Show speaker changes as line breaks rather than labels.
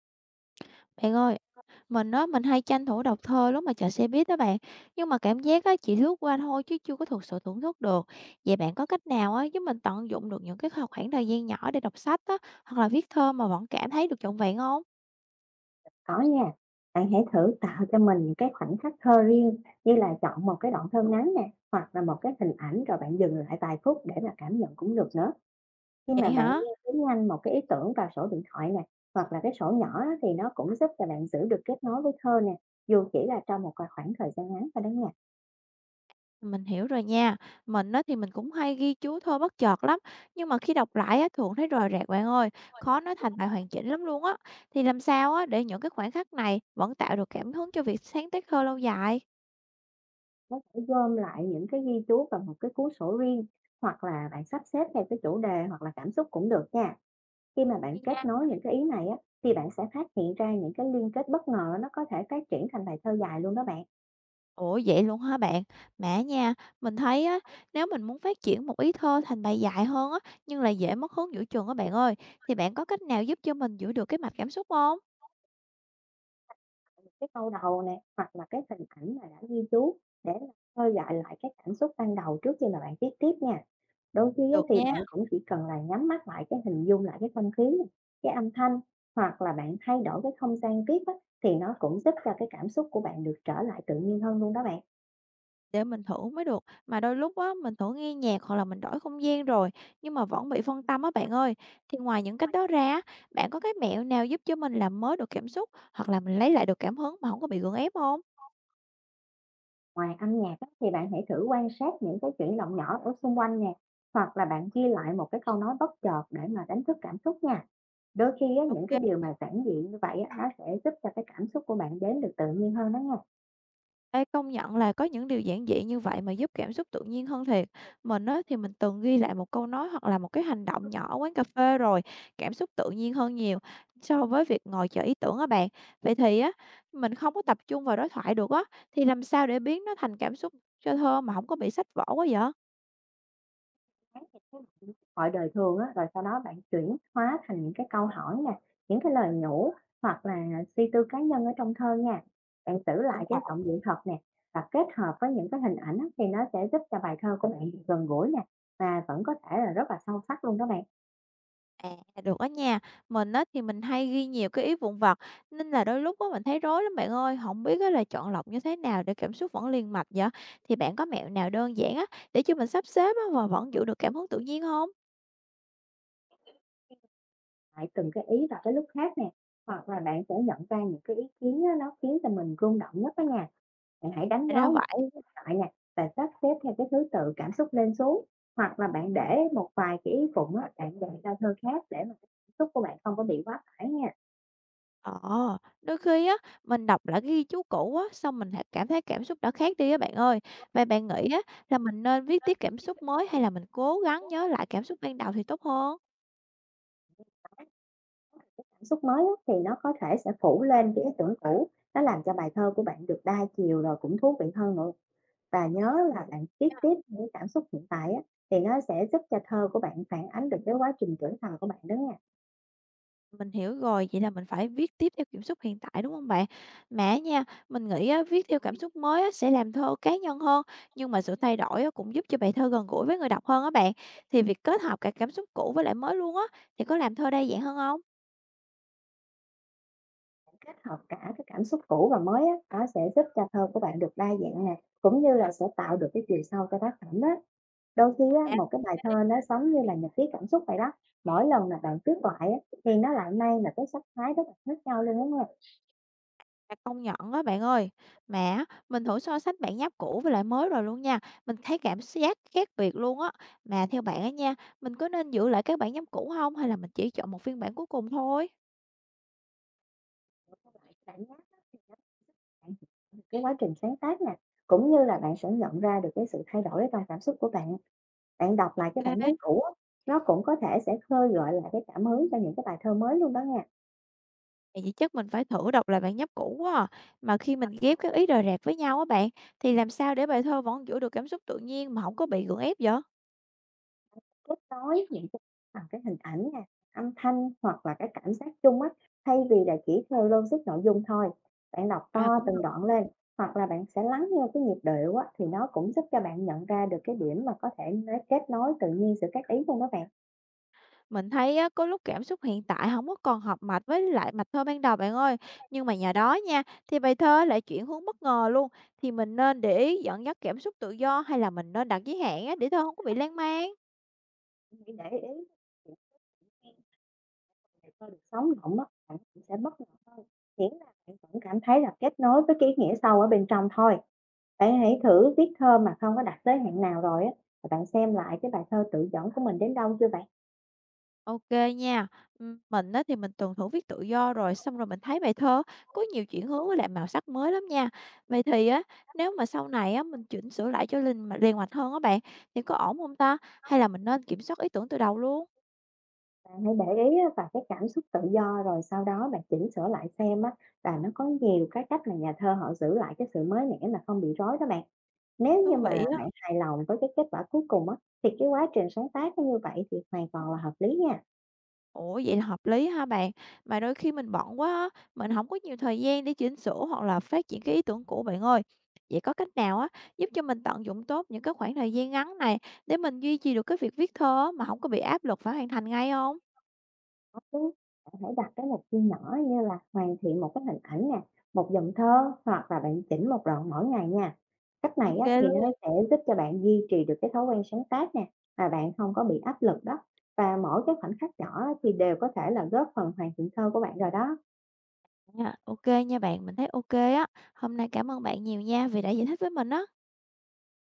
Bạn ơi, mình á, mình hay tranh thủ đọc thơ lúc mà chờ xe buýt đó bạn. Nhưng mà cảm giác á, chỉ lướt qua thôi chứ chưa có thực sự thưởng thức được. Vậy bạn có cách nào á, giúp mình tận dụng được những cái khoảng thời gian nhỏ để đọc sách á, hoặc là viết thơ mà vẫn cảm thấy được trọn vẹn không?
Có nha, bạn hãy thử tạo cho mình những cái khoảnh khắc thơ riêng, như là chọn một cái đoạn thơ ngắn nè, hoặc là một cái hình ảnh, rồi bạn dừng lại vài phút để mà cảm nhận cũng được nữa. Khi mà
Vậy
bạn ghi
hả?
chú nhanh một cái ý tưởng vào sổ điện thoại nè, hoặc là cái sổ nhỏ á, thì nó cũng giúp cho bạn giữ được kết nối với thơ nè, dù chỉ là trong một cái khoảng thời gian ngắn thôi đó nha.
Mình hiểu rồi nha. Mình á, thì mình cũng hay ghi chú thơ bất chợt lắm. Nhưng mà khi đọc lại á, thường thấy rời rạc bạn ơi. Khó nói thành bài hoàn chỉnh lắm luôn á. Thì làm sao á, để những cái khoảnh khắc này vẫn tạo được cảm hứng cho việc sáng tác thơ lâu dài?
Có thể gom lại những cái ghi chú vào một cái cuốn sổ riêng, hoặc là bạn sắp xếp theo cái chủ đề hoặc là cảm xúc cũng được nha. Khi mà bạn kết nối những cái ý này á, thì bạn sẽ phát hiện ra những cái liên kết bất ngờ, nó có thể phát triển thành bài thơ dài luôn đó bạn.
Ủa vậy luôn hả bạn? Mẹ nha, mình thấy á, nếu mình muốn phát triển một ý thơ thành bài dài hơn á, nhưng lại dễ mất hứng giữa chừng á bạn ơi, thì bạn có cách nào giúp cho mình giữ được cái mạch cảm xúc không?
Một cái câu đầu nè, hoặc là cái hình ảnh mà đã ghi chú, để mà khơi gợi lại cái cảm xúc ban đầu trước khi mà bạn viết tiếp nha. Đôi khi á,
Được
thì
nha,
bạn cũng chỉ cần là nhắm mắt lại, cái hình dung lại cái không khí nè, cái âm thanh, hoặc là bạn thay đổi cái không gian tiếp á, thì nó cũng giúp cho cái cảm xúc của bạn được trở lại tự nhiên hơn luôn đó bạn.
để mình thử mới được. Mà đôi lúc á, mình thử nghe nhạc hoặc là mình đổi không gian rồi, nhưng mà vẫn bị phân tâm á bạn ơi. Thì ngoài những cách đó ra, á, bạn có cái mẹo nào giúp cho mình làm mới được cảm xúc hoặc là mình lấy lại được cảm hứng mà không có bị gượng ép không?
Ngoài âm nhạc á, thì bạn hãy thử quan sát những cái chuyển động nhỏ ở xung quanh nè, hoặc là bạn ghi lại một cái câu nói bất chợt để mà đánh thức cảm xúc nha. Đôi khi á,
Ok.
những cái điều mà giản dị như vậy á, nó sẽ giúp cho cái cảm xúc của bạn đến được tự nhiên hơn đó nha.
Ê, công nhận là có những điều giản dị như vậy mà giúp cảm xúc tự nhiên hơn thiệt. Mình á, thì mình từng ghi lại một câu nói hoặc là một cái hành động nhỏ ở quán cà phê rồi, cảm xúc tự nhiên hơn nhiều so với việc ngồi chờ ý tưởng á bạn. Vậy thì á, mình không có tập trung vào đối thoại được á, thì làm sao để biến nó thành cảm xúc cho thơ mà không có bị sách vở quá vậy?
Hỏi đời thường á, rồi sau đó bạn chuyển hóa thành những cái câu hỏi nè, những cái lời nhủ, hoặc là suy tư cá nhân ở trong thơ nha. Bạn giữ lại
Cũng
cái giọng điệu thật nè, và kết hợp với những cái hình ảnh á, thì nó sẽ giúp cho bài thơ của bạn gần gũi nè, mà vẫn có thể là rất là sâu sắc luôn đó bạn.
à, được đó nha. Mình á thì mình hay ghi nhiều cái ý vụn vặt nên là đôi lúc á mình thấy rối lắm bạn ơi, không biết á là chọn lọc như thế nào để cảm xúc vẫn liền mạch vậy? Thì bạn có mẹo nào đơn giản á để cho mình sắp xếp á và vẫn giữ được cảm hứng tự nhiên không?
Lại từng cái ý vào cái lúc khác nè, hoặc là bạn sẽ nhận ra những cái ý kiến á, nó khiến cho mình rung động nhất đó nha. Bạn hãy đánh
Thật ra
dấu
vậy.
những cái lại nè, và sắp xếp theo cái thứ tự cảm xúc lên xuống, hoặc là bạn để một vài cái ý phụng á, bạn dành cho thơ khác, để mà cái cảm xúc của bạn không có bị quá tải nha.
Ờ, đôi khi á mình đọc lại cái ghi chú cũ á, xong mình lại cảm thấy cảm xúc đã khác đi á bạn ơi. Vậy bạn nghĩ á là mình nên viết tiếp cảm xúc mới hay là mình cố gắng nhớ lại cảm xúc ban đầu thì tốt hơn?
Đó, cảm xúc mới á thì nó có thể sẽ phủ lên cái ý tưởng cũ, nó làm cho bài thơ của bạn được đa chiều, rồi cũng thú vị hơn nữa. Và nhớ là bạn viết tiếp những cảm xúc hiện tại á, thì nó sẽ giúp cho thơ của bạn phản ánh được cái quá trình trưởng thành của bạn đó nha.
Mình hiểu rồi, vậy là mình phải viết tiếp theo cảm xúc hiện tại, đúng không bạn? Mẹ nha, mình nghĩ á, viết theo cảm xúc mới á, sẽ làm thơ cá nhân hơn, nhưng mà sự thay đổi á, cũng giúp cho bài thơ gần gũi với người đọc hơn á bạn. Thì việc kết hợp cả cảm xúc cũ với lại mới luôn á, thì có làm thơ đa dạng hơn không?
Kết hợp cả cái cảm xúc cũ và mới á, nó sẽ giúp cho thơ của bạn được đa dạng nè, cũng như là sẽ tạo được cái chiều sâu cho tác phẩm đó. Đôi khi á,
À,
một cái bài thơ nó giống như là nhật ký cảm xúc vậy đó, mỗi lần là bạn viết lại á, thì nó lại mang là cái sắc thái rất là khác nhau luôn, đúng hông?
là công nhận á bạn ơi. Mà á, mình thử so sánh bản nháp cũ với lại mới rồi luôn nha, mình thấy cảm giác khác biệt luôn á. Mà theo bạn á nha, mình có nên giữ lại các bản nháp cũ không hay là mình chỉ chọn một phiên bản cuối cùng thôi?
Cảm giác á thì nó bạn hiểu được cái quá trình sáng tác nè, cũng như là bạn sẽ nhận ra được cái sự thay đổi ở trong cảm xúc của bạn. Bạn đọc lại cái bản nháp
OK.
cũ á, nó cũng có thể sẽ khơi gợi lại cái cảm hứng cho những cái bài thơ mới luôn đó nha.
Vậy thì chắc mình phải thử đọc lại bản nháp cũ quá à. Mà khi mình ghép các ý rời rạc với nhau á bạn, thì làm sao để bài thơ vẫn giữ được cảm xúc tự nhiên mà không có bị gượng ép vậy?
Kết nối những cái bằng cái hình ảnh nè, âm thanh, hoặc là cái cảm giác chung á, thay vì là chỉ theo logic nội dung thôi. Bạn đọc
À
to
cũng
từng
được.
đoạn lên, hoặc là bạn sẽ lắng nghe cái nhịp điệu á, thì nó cũng giúp cho bạn nhận ra được cái điểm mà có thể nói kết nối tự nhiên giữa các ý luôn đó bạn.
Mình thấy á, có lúc cảm xúc hiện tại không có còn hợp mạch với lại mạch thơ ban đầu bạn ơi. Nhưng mà nhờ đó nha, thì bài thơ lại chuyển hướng bất ngờ luôn. Thì mình nên để ý dẫn dắt cảm xúc tự do hay là mình nên đặt giới hạn á, để thơ không có bị lan man?
Hãy để ý những cái từ thôi được sống động á, bạn cũng sẽ bất ngờ hơn. Miễn là bạn vẫn cảm thấy là kết nối với cái ý nghĩa sâu ở bên trong thôi. Bạn hãy thử viết thơ mà không có đặt giới hạn nào rồi á, và bạn xem lại cái bài thơ tự dẫn của mình đến đâu chưa bạn?
OK nha. Mình á thì mình tuần thủ viết tự do rồi, xong rồi mình thấy bài thơ có nhiều chuyển hướng với lại màu sắc mới lắm nha. Vậy thì á, nếu mà sau này á mình chỉnh sửa lại cho linh mà liền mạch hơn á bạn, thì có ổn không ta? Hay là mình nên kiểm soát ý tưởng từ đầu luôn?
Bạn hãy để ý á, vào cái cảm xúc tự do, rồi sau đó bạn chỉnh sửa lại xem á, là nó có nhiều cái cách mà nhà thơ họ giữ lại cái sự mới mẻ mà không bị rối đó bạn. Nếu như
Thú
mà
vị á.
bạn hài lòng với cái kết quả cuối cùng á, thì cái quá trình sáng tác nó như vậy thì hoàn toàn là hợp lý nha.
Ủa, vậy là hợp lý ha bạn. Mà đôi khi mình bận quá á, mình không có nhiều thời gian để chỉnh sửa hoặc là phát triển cái ý tưởng cũ bạn ơi. Vậy có cách nào á, giúp cho mình tận dụng tốt những cái khoảng thời gian ngắn này để mình duy trì được cái việc viết thơ á mà không có bị áp lực phải hoàn thành ngay không?
Chứ. Bạn hãy đặt cái mục tiêu nhỏ, như là hoàn thiện một cái hình ảnh nè, một dòng thơ, hoặc là bạn chỉnh một đoạn mỗi ngày nha. Cách
Ô
này á,
kê
thì
luôn
nó sẽ giúp cho bạn duy trì được cái thói quen sáng tác nè, mà bạn không có bị áp lực đó. Và mỗi cái khoảnh khắc nhỏ á, thì đều có thể là góp phần hoàn thiện thơ của bạn rồi đó.
nha, ô kê nha bạn, mình thấy ô kê á. Hôm nay cảm ơn bạn nhiều nha vì đã giải thích với mình á.